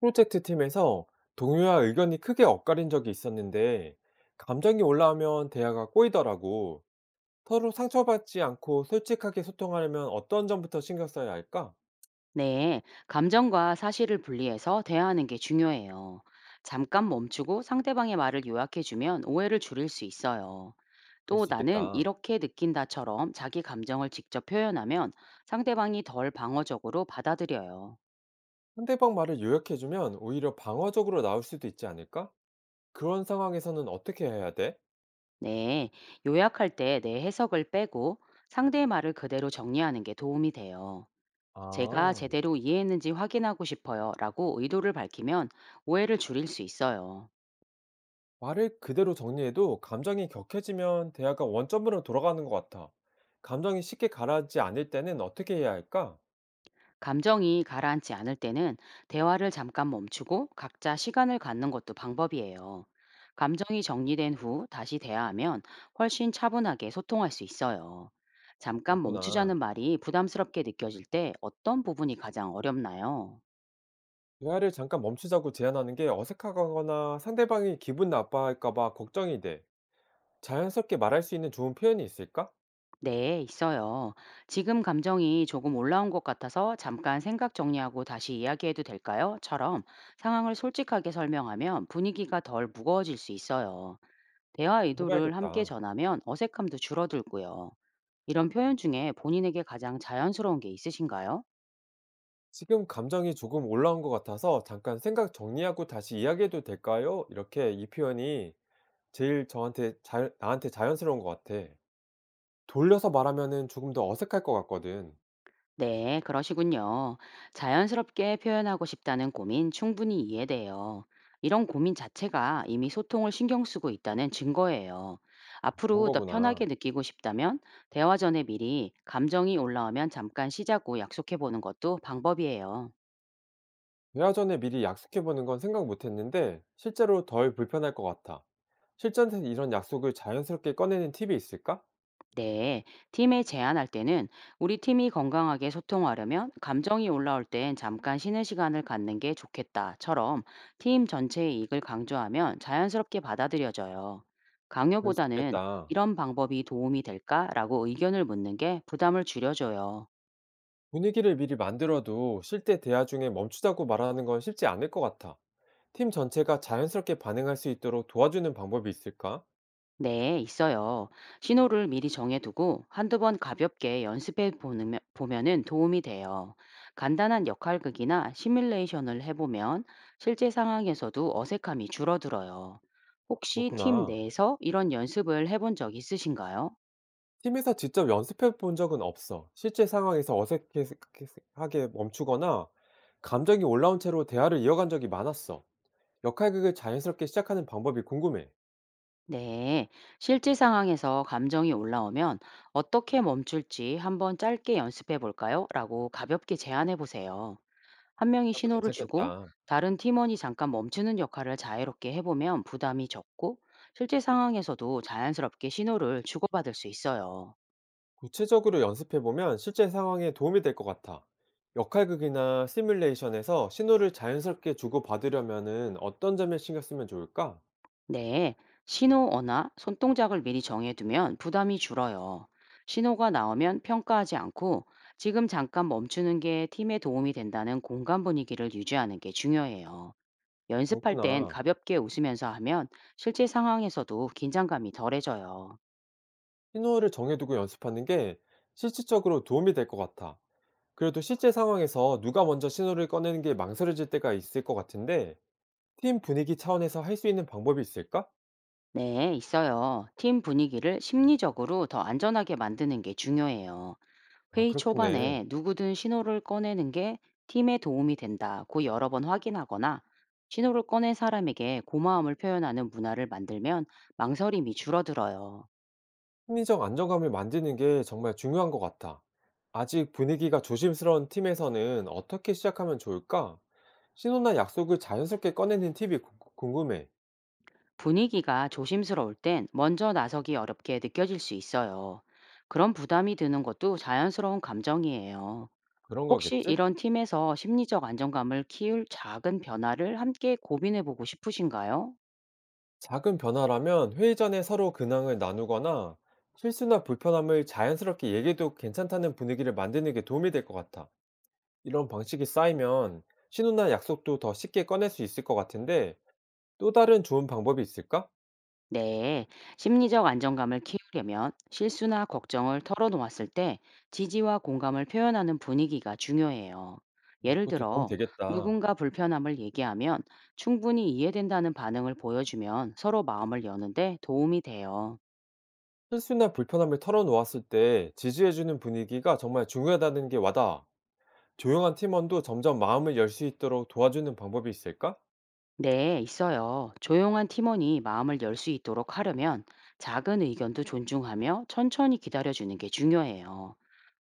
프로젝트 팀에서 동료와 의견이 크게 엇갈린 적이 있었는데, 감정이 올라오면 대화가 꼬이더라고. 서로 상처받지 않고 솔직하게 소통하려면 어떤 점부터 신경 써야 할까? 네, 감정과 사실을 분리해서 대화하는 게 중요해요. 잠깐 멈추고 상대방의 말을 요약해주면 오해를 줄일 수 있어요. 그럴 또 수 나는 있겠다. 이렇게 느낀다처럼 자기 감정을 직접 표현하면 상대방이 덜 방어적으로 받아들여요. 상대방 말을 요약해주면 오히려 방어적으로 나올 수도 있지 않을까? 그런 상황에서는 어떻게 해야 돼? 네, 요약할 때 내 해석을 빼고 상대의 말을 그대로 정리하는 게 도움이 돼요. 제가 아, 제대로 이해했는지 확인하고 싶어요 라고 의도를 밝히면 오해를 줄일 수 있어요. 말을 그대로 정리해도 감정이 격해지면 대화가 원점으로 돌아가는 것 같아. 감정이 쉽게 가라앉지 않을 때는 어떻게 해야 할까? 감정이 가라앉지 않을 때는 대화를 잠깐 멈추고 각자 시간을 갖는 것도 방법이에요. 감정이 정리된 후 다시 대화하면 훨씬 차분하게 소통할 수 있어요. 잠깐 멈추자는 그렇구나. 말이 부담스럽게 느껴질 때 어떤 부분이 가장 어렵나요? 대화를 잠깐 멈추자고 제안하는 게 어색하거나 상대방이 기분 나빠할까 봐 걱정이 돼. 자연스럽게 말할 수 있는 좋은 표현이 있을까? 네, 있어요. 지금 감정이 조금 올라온 것 같아서 잠깐 생각 정리하고 다시 이야기해도 될까요? 처럼 상황을 솔직하게 설명하면 분위기가 덜 무거워질 수 있어요. 대화 의도를 함께 해봐야겠다. 전하면 어색함도 줄어들고요. 이런 표현 중에 본인에게 가장 자연스러운 게 있으신가요? 지금 감정이 조금 올라온 것 같아서 잠깐 생각 정리하고 다시 이야기해도 될까요? 이렇게 이 표현이 제일 나한테 자연스러운 것 같아. 돌려서 말하면은 조금 더 어색할 것 같거든. 네, 그러시군요. 자연스럽게 표현하고 싶다는 고민 충분히 이해돼요. 이런 고민 자체가 이미 소통을 신경 쓰고 있다는 증거예요. 그런 앞으로 더 편하게 거구나. 느끼고 싶다면 대화 전에 미리 감정이 올라오면 잠깐 쉬자고 약속해 보는 것도 방법이에요. 대화 전에 미리 약속해보는 건 생각 못 했는데 실제로 덜 불편할 것 같아. 실전에서 이런 약속을 자연스럽게 꺼내는 팁이 있을까? 네, 팀에 제안할 때는 우리 팀이 건강하게 소통하려면 감정이 올라올 땐 잠깐 쉬는 시간을 갖는 게 좋겠다처럼 팀 전체의 이익을 강조하면 자연스럽게 받아들여져요. 그럴 수 강요보다는 있겠다. 이런 방법이 도움이 될까라고 의견을 묻는 게 부담을 줄여줘요. 분위기를 미리 만들어도 쉴 때 대화 중에 멈추자고 말하는 건 쉽지 않을 것 같아. 팀 전체가 자연스럽게 반응할 수 있도록 도와주는 방법이 있을까? 네, 있어요. 신호를 미리 정해두고 한두 번 가볍게 연습해 보면은 도움이 돼요. 간단한 역할극이나 시뮬레이션을 해보면 실제 상황에서도 어색함이 줄어들어요. 혹시 팀 그렇구나. 내에서 이런 연습을 해본 적 있으신가요? 팀에서 직접 연습해 본 적은 없어. 실제 상황에서 어색하게 멈추거나 감정이 올라온 채로 대화를 이어간 적이 많았어. 역할극을 자연스럽게 시작하는 방법이 궁금해. 네, 실제 상황에서 감정이 올라오면 어떻게 멈출지 한번 짧게 연습해 볼까요? 라고 가볍게 제안해 보세요. 한 명이 그것도 신호를 주고 괜찮겠다. 다른 팀원이 잠깐 멈추는 역할을 자유롭게 해보면 부담이 적고 실제 상황에서도 자연스럽게 신호를 주고받을 수 있어요. 구체적으로 연습해보면 실제 상황에 도움이 될 것 같아. 역할극이나 시뮬레이션에서 신호를 자연스럽게 주고받으려면은 어떤 점에 신경 쓰면 좋을까? 네, 신호 언어나 손동작을 미리 정해두면 부담이 줄어요. 신호가 나오면 평가하지 않고 지금 잠깐 멈추는 게 팀에 도움이 된다는 공간 분위기를 유지하는 게 중요해요. 연습할 땐 그렇구나. 가볍게 웃으면서 하면 실제 상황에서도 긴장감이 덜해져요. 신호를 정해두고 연습하는 게 실질적으로 도움이 될 것 같아. 그래도 실제 상황에서 누가 먼저 신호를 꺼내는 게 망설여질 때가 있을 것 같은데, 팀 분위기 차원에서 할 수 있는 방법이 있을까? 네, 있어요. 팀 분위기를 심리적으로 더 안전하게 만드는 게 중요해요. 아, 회의 그렇겠네. 초반에 누구든 신호를 꺼내는 게 팀에 도움이 된다고 여러 번 확인하거나 신호를 꺼낸 사람에게 고마움을 표현하는 문화를 만들면 망설임이 줄어들어요. 심리적 안정감을 만드는 게 정말 중요한 것 같아. 아직 분위기가 조심스러운 팀에서는 어떻게 시작하면 좋을까? 신호나 약속을 자연스럽게 꺼내는 궁금해. 분위기가 조심스러울 땐 먼저 나서기 어렵게 느껴질 수 있어요. 그런 부담이 드는 것도 자연스러운 감정이에요. 그런 혹시 거겠지? 이런 팀에서 심리적 안정감을 키울 작은 변화를 함께 고민해 보고 싶으신가요? 작은 변화라면 회의 전에 서로 근황을 나누거나 실수나 불편함을 자연스럽게 얘기해도 괜찮다는 분위기를 만드는 게 도움이 될 것 같아. 이런 방식이 쌓이면 신호나 약속도 더 쉽게 꺼낼 수 있을 것 같은데 또 다른 좋은 방법이 있을까? 네. 심리적 안정감을 키우려면 실수나 걱정을 털어놓았을 때 지지와 공감을 표현하는 분위기가 중요해요. 어, 예를 그것도 도움 들어, 되겠다. 누군가 불편함을 얘기하면 충분히 이해된다는 반응을 보여주면 서로 마음을 여는데 도움이 돼요. 실수나 불편함을 털어놓았을 때 지지해주는 분위기가 정말 중요하다는 게 와닿아. 조용한 팀원도 점점 마음을 열 수 있도록 도와주는 방법이 있을까? 네, 있어요. 조용한 팀원이 마음을 열 수 있도록 하려면 작은 의견도 존중하며 천천히 기다려주는 게 중요해요.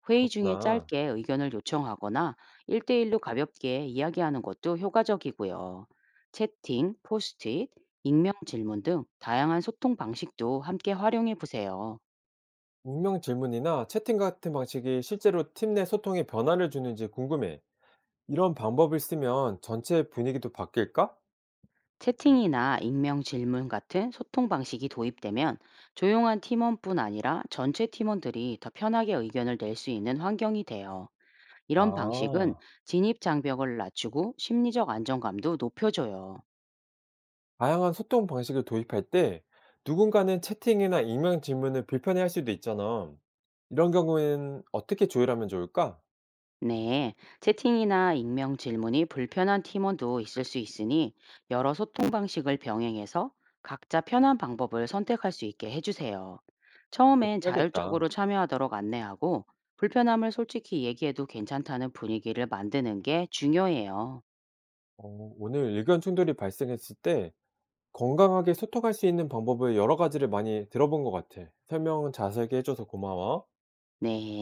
회의 중에 그렇구나. 짧게 의견을 요청하거나 1대1로 가볍게 이야기하는 것도 효과적이고요. 채팅, 포스트잇, 익명 질문 등 다양한 소통 방식도 함께 활용해 보세요. 익명 질문이나 채팅 같은 방식이 실제로 팀 내 소통에 변화를 주는지 궁금해. 이런 방법을 쓰면 전체 분위기도 바뀔까? 채팅이나 익명 질문 같은 소통 방식이 도입되면 조용한 팀원뿐 아니라 전체 팀원들이 더 편하게 의견을 낼 수 있는 환경이 돼요. 이런 방식은 아, 진입 장벽을 낮추고 심리적 안정감도 높여줘요. 다양한 소통 방식을 도입할 때 누군가는 채팅이나 익명 질문을 불편해할 수도 있잖아. 이런 경우에는 어떻게 조율하면 좋을까? 네, 채팅이나 익명 질문이 불편한 팀원도 있을 수 있으니 여러 소통 방식을 병행해서 각자 편한 방법을 선택할 수 있게 해주세요. 그렇게 처음엔 자율적으로 해야겠다. 참여하도록 안내하고 불편함을 솔직히 얘기해도 괜찮다는 분위기를 만드는 게 중요해요. 어, 오늘 의견 충돌이 발생했을 때 건강하게 소통할 수 있는 방법을 여러 가지를 많이 들어본 것 같아. 설명 자세하게 해줘서 고마워. 네.